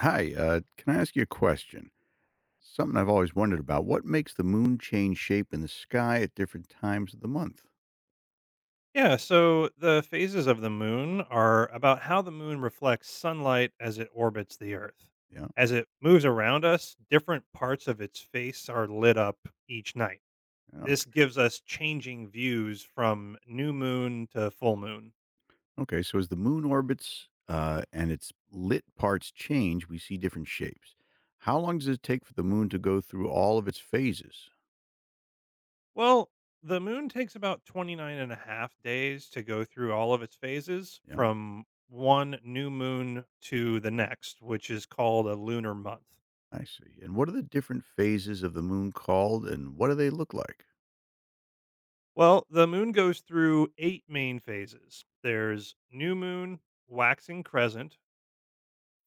Hi, can I ask you a question? Something I've always wondered about. What makes the moon change shape in the sky at different times of the month? Yeah, so the phases of the moon are about how the moon reflects sunlight as it orbits the Earth. Yeah. As it moves around us, different parts of its face are lit up each night. Yeah, This okay. gives us changing views from new moon to full moon. Okay. So as the moon orbits, and its lit parts change, we see different shapes. How long does it take for the moon to go through all of its phases? Well, the moon takes about 29.5 days to go through all of its phases Yeah, from one new moon to the next, which is called a lunar month. I see. And what are the different phases of the moon called and what do they look like? Well, the moon goes through eight main phases. There's new moon, waxing crescent,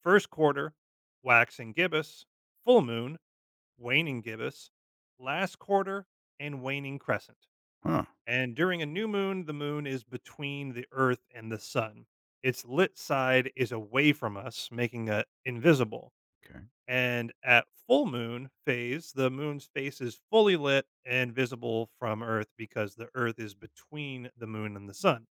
first quarter, waxing gibbous, full moon, waning gibbous, last quarter, and waning crescent. Huh. And during a new moon, the moon is between the earth and the sun. Its lit side is away from us, making it invisible. Okay. And at full moon phase, the moon's face is fully lit and visible from Earth because the Earth is between the moon and the sun.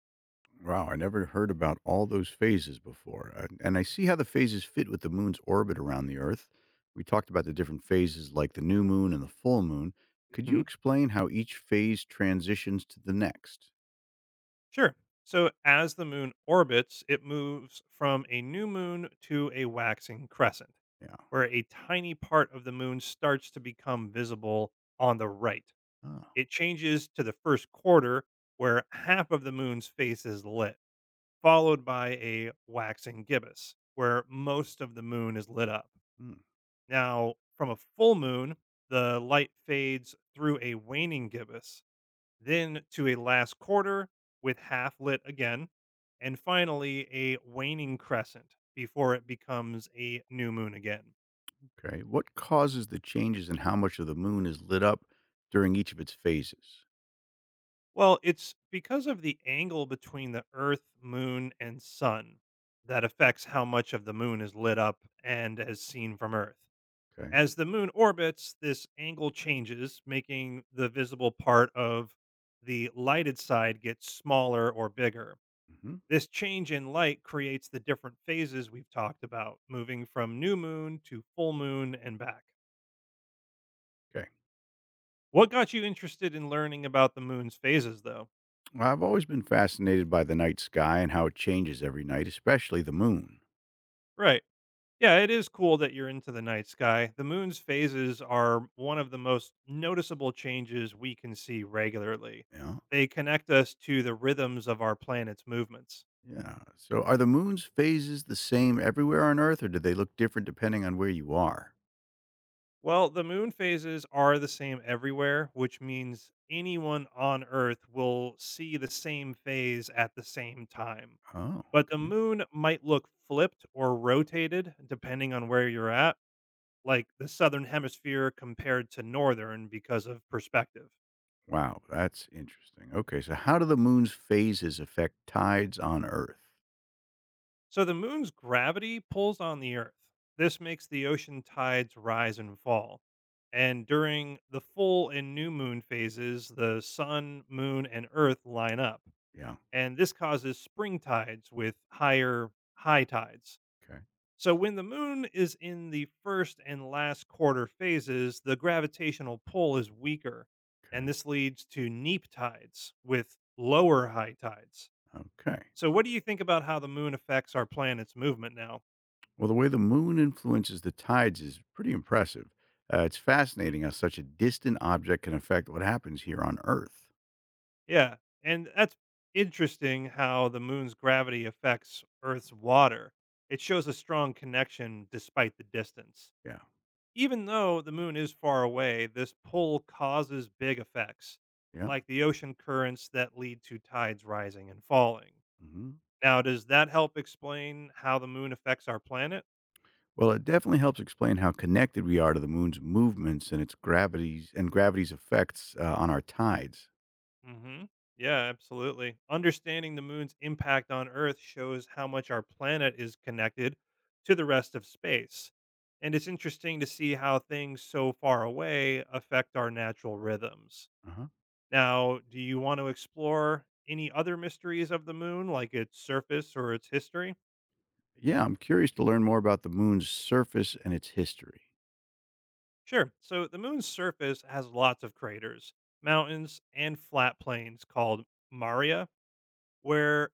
Wow, I never heard about all those phases before. And I see how the phases fit with the moon's orbit around the Earth. We talked about the different phases like the new moon and the full moon. Could you Hmm. explain how each phase transitions to the next? Sure. So as the moon orbits, it moves from a new moon to a waxing crescent, Yeah. where a tiny part of the moon starts to become visible on the right. Oh, It changes to the first quarter, where half of the moon's face is lit, followed by a waxing gibbous, where most of the moon is lit up. hmm, Now, from a full moon, the light fades through a waning gibbous, then to a last quarter with half lit again, and finally a waning crescent before it becomes a new moon again. okay. What causes the changes in how much of the moon is lit up during each of its phases? Well, it's because of the angle between the Earth, Moon, and Sun that affects how much of the moon is lit up and as seen from Earth. Okay. As the moon orbits, this angle changes, making the visible part of the lighted side get smaller or bigger. Hmm. This change in light creates the different phases we've talked about, moving from new moon to full moon and back. Okay. What got you interested in learning about the moon's phases, though? Well, I've always been fascinated by the night sky and how it changes every night, especially the moon. Right. Yeah, it is cool that you're into the night sky. The moon's phases are one of the most noticeable changes we can see regularly. Yeah. They connect us to the rhythms of our planet's movements. Yeah. So are the moon's phases the same everywhere on Earth, or do they look different depending on where you are? Well, the moon phases are the same everywhere, which means anyone on Earth will see the same phase at the same time. Oh, But the okay. moon might look flipped or rotated depending on where you're at, like the southern hemisphere compared to northern because of perspective. Wow, that's interesting. Okay, so how do the moon's phases affect tides on Earth? So the moon's gravity pulls on the Earth. This makes the ocean tides rise and fall. And during the full and new moon phases, the sun, moon, and Earth line up. Yeah. And this causes spring tides with higher high tides. Okay. So when the moon is in the first and last quarter phases, the gravitational pull is weaker. And Okay. this leads to neap tides with lower high tides. Okay. So, what do you think about how the moon affects our planet's movement now? Well, the way the moon influences the tides is pretty impressive. It's Mhm. fascinating how such a distant object can affect what happens here on Earth. Yeah, and that's interesting how the moon's gravity affects Earth's water. It shows a strong connection despite the distance. Yeah. Even though the moon is far away, this pull causes big effects, Yeah. like the ocean currents that lead to tides rising and falling. Hmm. Now, does that help explain how the moon affects our planet? Well, it definitely helps explain how connected we are to the moon's movements and its gravity's and gravity's effects on our tides. Hmm. Yeah, absolutely. Understanding the moon's impact on Earth shows how much our planet is connected to the rest of space. And it's interesting to see how things so far away affect our natural rhythms. Uh-huh. Now, do you want to explore any other mysteries of the moon, like its surface or its history? Yeah, I'm curious to learn more about the moon's surface and its history. Sure. So, the moon's surface has lots of craters, mountains, and flat plains called maria, where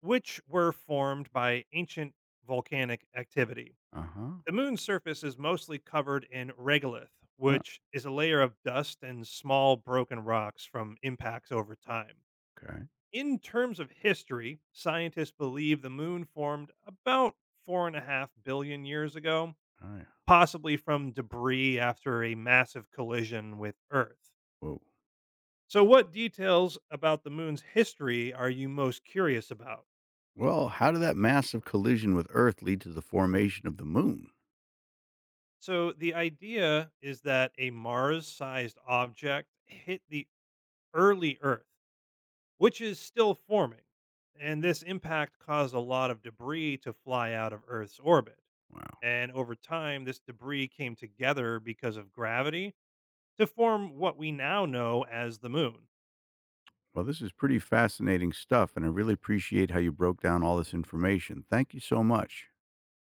which were formed by ancient volcanic activity. Uh-huh. The moon's surface is mostly covered in regolith, Oh, which is a layer of dust and small broken rocks from impacts over time. okay. In terms of history, scientists believe the moon formed about 4.5 billion years ago, Oh, yeah. possibly from debris after a massive collision with Earth. Whoa. So, what details about the moon's history are you most curious about? Well, how did that massive collision with Earth lead to the formation of the moon? So the idea is that a Mars sized object hit the early Earth, which is still forming. And this impact caused a lot of debris to fly out of Earth's orbit. Wow. And over time, this debris came together because of gravity to form what we now know as the moon. Well, this is pretty fascinating stuff, and I really appreciate how you broke down all this information. Thank you so much.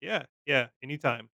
Yeah, yeah, anytime.